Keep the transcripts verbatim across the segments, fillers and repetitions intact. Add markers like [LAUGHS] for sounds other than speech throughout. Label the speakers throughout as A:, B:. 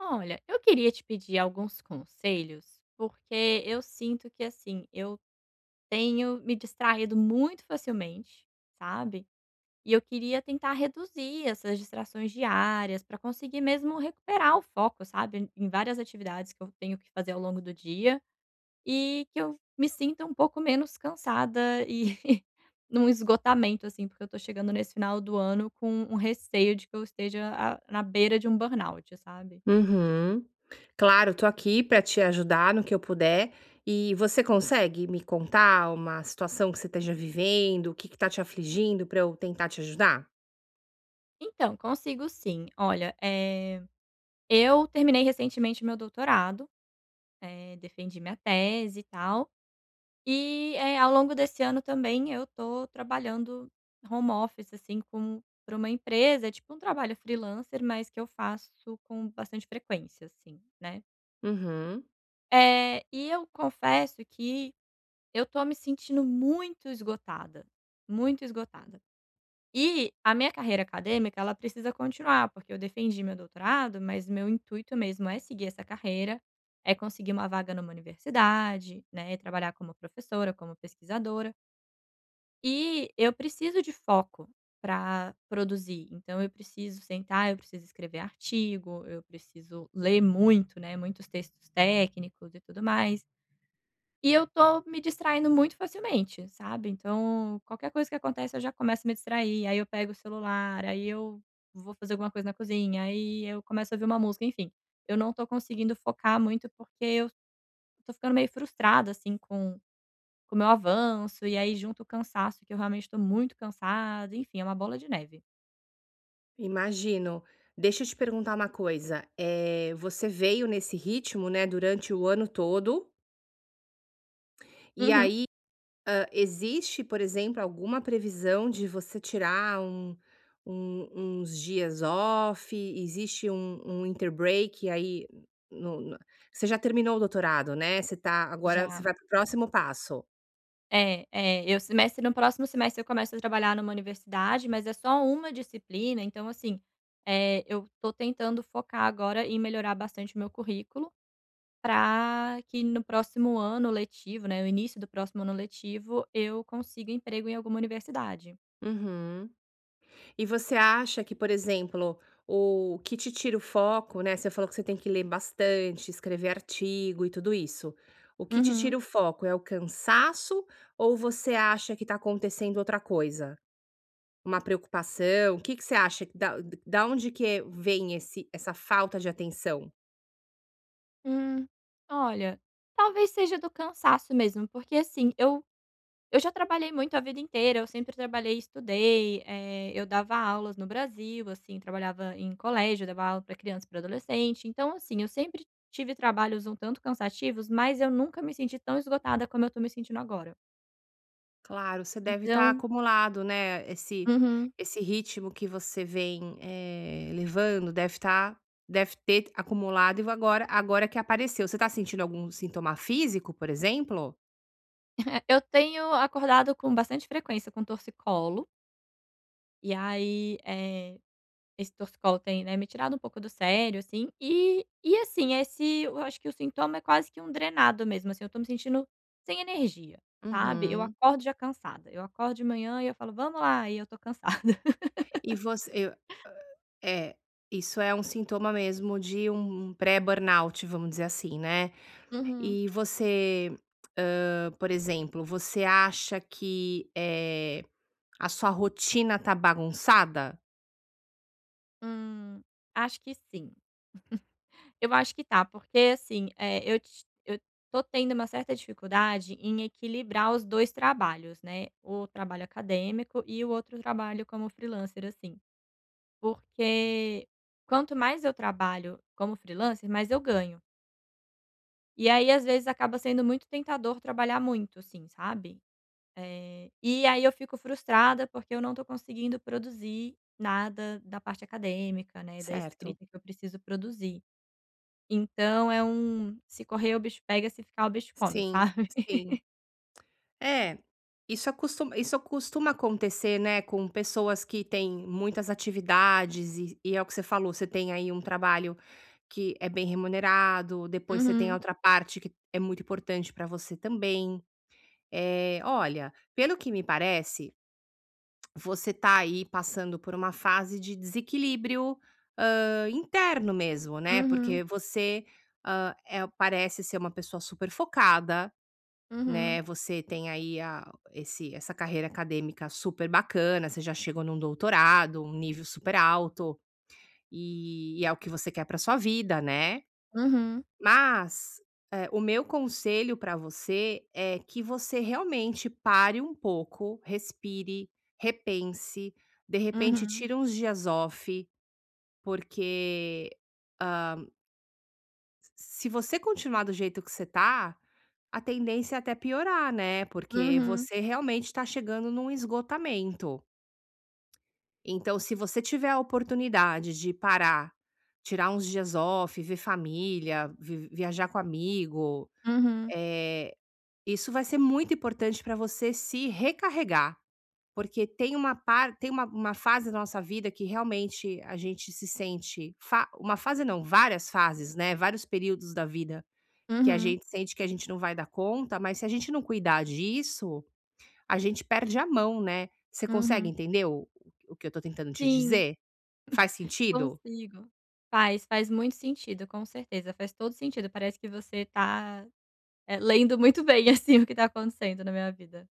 A: Olha, eu queria te pedir alguns conselhos, porque eu sinto que, assim, eu tenho me distraído muito facilmente, sabe? E eu queria tentar reduzir essas distrações diárias para conseguir mesmo recuperar o foco, sabe? Em várias atividades que eu tenho que fazer ao longo do dia e que eu me sinta um pouco menos cansada e [LAUGHS] num esgotamento, assim, porque eu tô chegando nesse final do ano com um receio de que eu esteja a- na beira de um burnout, sabe?
B: Uhum. Claro, estou aqui para te ajudar no que eu puder. E você consegue me contar uma situação que você esteja vivendo, o que que está te afligindo para eu tentar te ajudar?
A: Então, consigo sim. Olha, eh, eu terminei recentemente meu doutorado, eh, defendi minha tese e tal, e, eh, ao longo desse ano também eu tô trabalhando home office, assim, com para uma empresa, é tipo um trabalho freelancer, mas que eu faço com bastante frequência, assim, né.
B: Uhum.
A: Eh, e eu confesso que eu tô me sentindo muito esgotada, muito esgotada. E a minha carreira acadêmica, ela precisa continuar, porque eu defendi meu doutorado, mas meu intuito mesmo é seguir essa carreira, é conseguir uma vaga numa universidade, né, trabalhar como professora, como pesquisadora. E eu preciso de foco para produzir. Então eu preciso sentar, eu preciso escrever artigo, eu preciso ler muito, né, muitos textos técnicos e tudo mais. E eu tô me distraindo muito facilmente, sabe. Então, qualquer coisa que acontece eu já começo a me distrair, aí eu pego o celular, aí eu vou fazer alguma coisa na cozinha, aí eu começo a ouvir uma música, enfim. Eu não tô conseguindo focar muito, porque eu tô ficando meio frustrada, assim, com com o meu avanço, e aí junto o cansaço, que eu realmente tô muito cansada, enfim, é uma bola de neve.
B: Imagino. Deixa eu te perguntar uma coisa. é você veio nesse ritmo, né, durante o ano todo, e
A: Uhum.
B: aí Hã, existe, por exemplo, alguma previsão de você tirar um um uns dias off? Existe um um inter aí no no Você já terminou o doutorado, né, você tá agora você
A: Já.
B: vai para o próximo passo.
A: É, é, eu semestre no próximo semestre eu começo a trabalhar numa universidade, mas é só uma disciplina, então assim, eh, eu tô tentando focar agora em melhorar bastante o meu currículo, para que no próximo ano letivo, né, o início do próximo ano letivo, eu consiga emprego em alguma universidade.
B: Uhum. E você acha que, por exemplo, o que te tira o foco, né, você falou que você tem que ler bastante, escrever artigo e tudo isso. O que te
A: Uhum.
B: tira o foco é o cansaço ou você acha que está acontecendo outra coisa? Uma preocupação? O que que você acha que da da onde que vem esse essa falta de atenção?
A: Hum, olha, talvez seja do cansaço mesmo, porque assim, eu eu já trabalhei muito a vida inteira, eu sempre trabalhei e estudei, eh, eu dava aulas no Brasil, assim, trabalhava em colégio, dava aula para criança e pra adolescente, então assim, eu sempre tive trabalhos um tanto cansativos, mas eu nunca me senti tão esgotada como eu tô me sentindo agora.
B: Claro, você deve estar
A: Então
B: acumulado, né, esse
A: uhum.
B: esse ritmo que você vem, eh, levando deve estar deve ter acumulado e agora agora que apareceu. Você está sentindo algum sintoma físico, por exemplo?
A: [LAUGHS] Eu tenho acordado com bastante frequência com torcicolo, e aí, eh esse torcicolo tem, né, me tirado um pouco do sério, assim. E e assim, esse eu acho que o sintoma é quase que um drenado mesmo, assim, eu tô me sentindo sem energia, sabe. Eu
B: Uhum.
A: acordo já cansada, eu acordo de manhã e eu falo: "Vamos lá", e eu tô cansada. [LAUGHS]
B: E você eu é, isso é um sintoma mesmo de um pré-burnout, vamos dizer assim, né.
A: Uhum.
B: E você, hã, por exemplo, você acha que, eh, a sua rotina tá bagunçada?
A: Hum, acho que sim. Eu acho que tá, porque assim, eh, eu ti eu tô tendo uma certa dificuldade em equilibrar os dois trabalhos, né, o trabalho acadêmico e o outro trabalho como freelancer, assim. Porque quanto mais eu trabalho como freelancer, mais eu ganho. E aí, às vezes, acaba sendo muito tentador trabalhar muito, assim, sabe. Eh, e aí eu fico frustrada, porque eu não tô conseguindo produzir nada da parte acadêmica, né, da
B: Certo.
A: escrita que eu preciso produzir. Então é um se correr o bicho pega, se ficar o bicho come,
B: Sim,
A: sabe. [LAUGHS]
B: sim. É, isso acostuma isso costuma acontecer, né, com pessoas que têm muitas atividades e e é o que você falou, você tem aí um trabalho que é bem remunerado, depois você tem a
A: Uhum,
B: outra parte que é muito importante para você também. É, olha, pelo que me parece, você está aí passando por uma fase de desequilíbrio, hã, interno mesmo, né,
A: uhum,
B: porque você, hã, eh, parece ser uma pessoa super focada,
A: uhum,
B: né, você tem aí a esse essa carreira acadêmica super bacana, você já chegou num doutorado, um nível super alto, e e é o que você quer para sua vida, né.
A: uhum,
B: Mas, eh, o meu conselho para você é que você realmente pare um pouco, respire, repense, de repente
A: uhum,
B: tira uns dias off, porque, ah, se você continuar do jeito que você tá, a tendência é até piorar, né, porque
A: uhum,
B: você realmente tá chegando num esgotamento. Então se você tiver a oportunidade de parar, tirar uns dias off, ver família, vi viajar com amigo.
A: uhum,
B: eh Isso vai ser muito importante para você se recarregar, porque tem uma par tem uma uma fase da nossa vida que realmente a gente se sente fa uma fase não, várias fases, né, vários períodos da vida que a
A: uhum,
B: gente sente que a gente não vai dar conta, mas se a gente não cuidar disso, a gente perde a mão, né. Você consegue
A: uhum.
B: entender o o que eu estou tentando te
A: Sim.
B: dizer? Faz sentido?
A: Consigo. Faz, faz muito sentido, com certeza, faz todo sentido, parece que você tá, eh, lendo muito bem, [LAUGHS] assim, o que tá acontecendo na minha vida.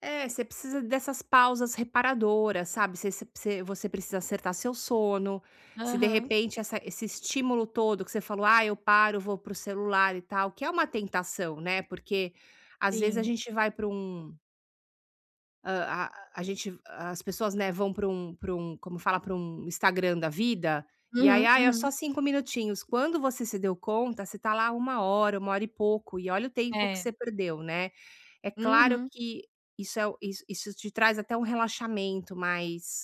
B: É, você precisa dessas pausas reparadoras, sabe, você você você você precisa acertar seu sono, se de
A: Aham,
B: repente essa esse estímulo todo que você falou: "Ah, eu paro, vou pro celular e tal", que é uma tentação, né, porque às vezes a
A: sim.
B: gente vai para um Hã, a a gente as pessoas, né, vão para um para um como fala, para um Instagram da vida, e aí:
A: Uhum,
B: "Ai, é só
A: uhum.
B: cinco minutinhos", quando você se deu conta, você tá lá uma hora, uma hora e pouco, e olha o tempo que
A: É.
B: você perdeu, né. É claro
A: Uhum,
B: que isso é o isso isso te traz até um relaxamento, mas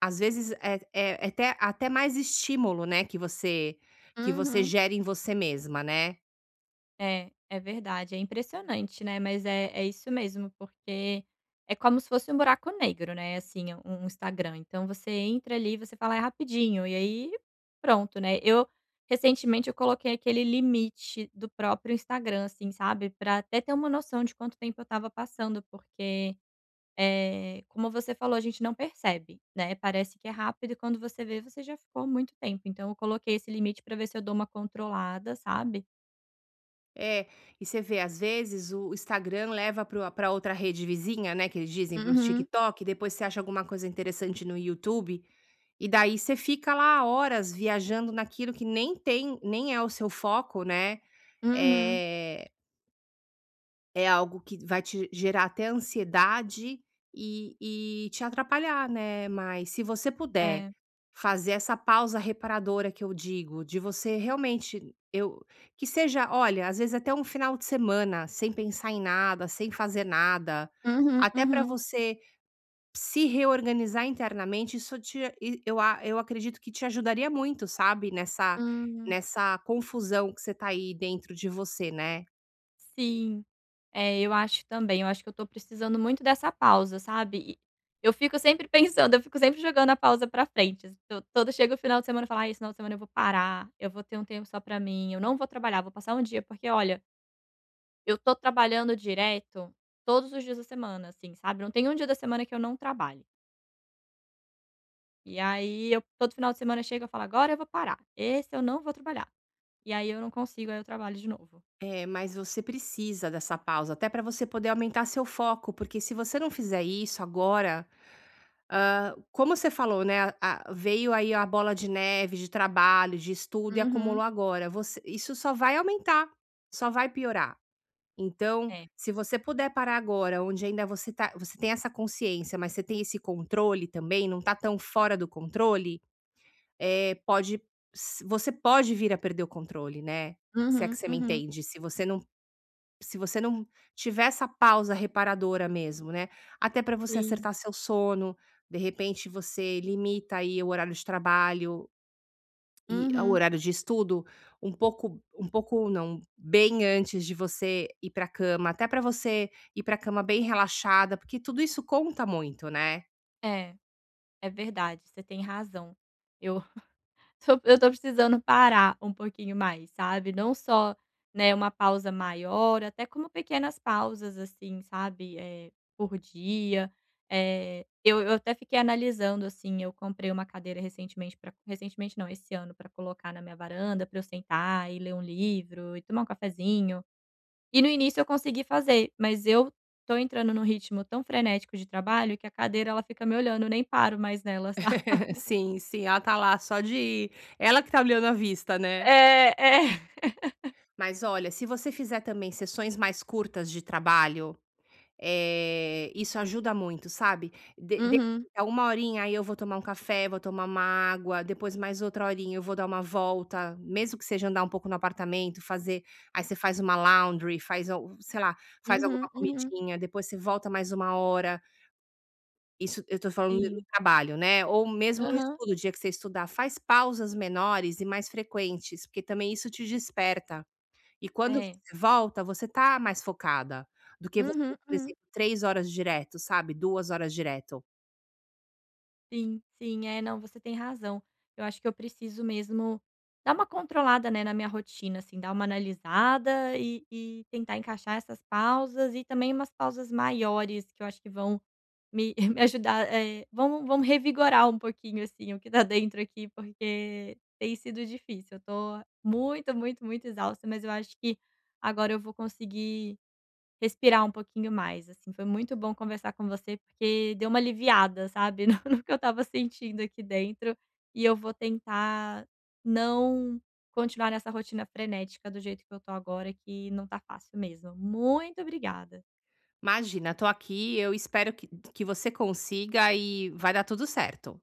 B: às vezes é é é até até mais estímulo, né, que você que você
A: uhum.
B: gera em você mesma, né.
A: É, é verdade, é impressionante, né, mas é é isso mesmo, porque é como se fosse um buraco negro, né, assim, um um Instagram, então você entra ali, e você fala: "É rapidinho", e aí pronto, né. Eu Recentemente eu coloquei aquele limite do próprio Instagram, assim, sabe, pra até ter uma noção de quanto tempo eu estava passando, porque, é como você falou, a gente não percebe, né, parece que é rápido e quando você vê, você já ficou muito tempo. Então eu coloquei esse limite pra ver se eu dou uma controlada, sabe.
B: É, e você vê, às vezes, o Instagram leva para para outra rede vizinha, né, que eles dizem, para o
A: Uhum.
B: TikTok, depois você acha alguma coisa interessante no YouTube, e daí você fica lá horas viajando naquilo que nem tem nem é o seu foco, né.
A: Uhum.
B: Eh É algo que vai te gerar até ansiedade e e te atrapalhar, né, mas se você puder
A: É.
B: fazer essa pausa reparadora que eu digo, de você realmente eu que seja, olha, às vezes até um final de semana sem pensar em nada, sem fazer nada,
A: Uhum,
B: até para
A: uhum.
B: você se reorganizar internamente, isso te e eu a eu acredito que te ajudaria muito, sabe, nessa
A: Hum.
B: nessa confusão que você tá aí dentro de você, né.
A: Sim. É, eu acho também. Eu acho que eu tô precisando muito dessa pausa, sabe. E eu fico sempre [LAUGHS] pensando, eu fico sempre jogando a pausa pra frente. Assim, To todo chega o final de semana eu falo: "Ai, esse final de semana eu vou parar, eu vou ter um tempo só pra mim, eu não vou trabalhar, vou passar um dia", porque olha, eu tô trabalhando direto todos os dias da semana, assim, sabe. Não tem um dia da semana que eu não trabalhe. E aí eu todo final de semana chega, eu falo: "Agora eu vou parar, esse eu não vou trabalhar". E aí eu não consigo, aí eu trabalho de novo.
B: É, mas você precisa dessa pausa, até para você poder aumentar seu foco, porque se você não fizer isso agora, ah, como você falou, né? A- a- veio aí a bola de neve de trabalho, de estudo, e
A: Uhum.
B: acumulou agora. Você, isso só vai aumentar, só vai piorar. Então,
A: É.
B: se você puder parar agora, onde ainda você tá, você tem essa consciência, mas você tem esse controle também, não tá tão fora do controle, é, pode, s- você pode vir a perder o controle, né? Se é que
A: Uhum,
B: você me
A: uhum.
B: entende. Se você não se você não tiver essa pausa reparadora mesmo, né, até para você
A: Sim.
B: acertar seu sono, de repente você limita aí o horário de trabalho e o
A: Uhum.
B: horário de estudo um pouco, um pouco não, bem antes de você ir para cama, até para você ir para cama bem relaxada, porque tudo isso conta muito, né.
A: É, é verdade, você tem razão. Eu [LAUGHS] tô eu tô precisando parar um pouquinho mais, sabe, não só, né, uma pausa maior, até como pequenas pausas, assim, sabe, eh, por dia. Eh, eu eu até fiquei analisando, assim, eu comprei uma cadeira recentemente pra recentemente não, esse ano, para colocar na minha varanda, para eu sentar e ler um livro e tomar um cafezinho. E no início eu consegui fazer, mas eu tô entrando num ritmo tão frenético de trabalho que a cadeira ela fica me olhando, eu nem paro mais nela, [LAUGHS] sabe.
B: [LAUGHS] Sim, sim, ela tá lá só de ela que tá olhando a vista, né.
A: É, é.
B: Mas olha, se você fizer também sessões mais curtas de trabalho, eh, isso ajuda muito, sabe. De de
A: Uhum,
B: a uma horinha, aí eu vou tomar um café, vou tomar uma água, depois mais outra horinha eu vou dar uma volta, mesmo que seja andar um pouco no apartamento, fazer, aí você faz uma laundry, faz al sei lá, faz alguma
A: uhum, uhum.
B: comidinha, depois você volta mais uma hora. Isso eu tô falando do
A: Sim.
B: trabalho, né, ou mesmo no
A: Aham.
B: estudo, o dia que você estudar, faz pausas menores e mais frequentes, porque também isso te desperta. E quando
A: É.
B: você volta, você tá mais focada do que você,
A: Uhum,
B: por
A: uhum.
B: exemplo, três horas direto, sabe, Duas horas direto.
A: Sim, sim. É, não, você tem razão. Eu acho que eu preciso mesmo dar uma controlada, né, na minha rotina, assim, dar uma analisada e e tentar encaixar essas pausas e também umas pausas maiores que eu acho que vão me [LAUGHS] me ajudar, eh, vão vão revigorar um pouquinho, assim, o que tá dentro aqui, porque tem sido difícil. Eu tô muito, muito, muito exausta, mas eu acho que agora eu vou conseguir respirar um pouquinho mais, assim. Foi muito bom conversar com você, porque deu uma aliviada, sabe, [LAUGHS] no no que eu estava sentindo aqui dentro, e eu vou tentar não continuar nessa rotina frenética do jeito que eu tô agora, que não tá fácil mesmo. Muito obrigada.
B: Imagina, tô aqui, eu espero que que você consiga e vai dar tudo certo.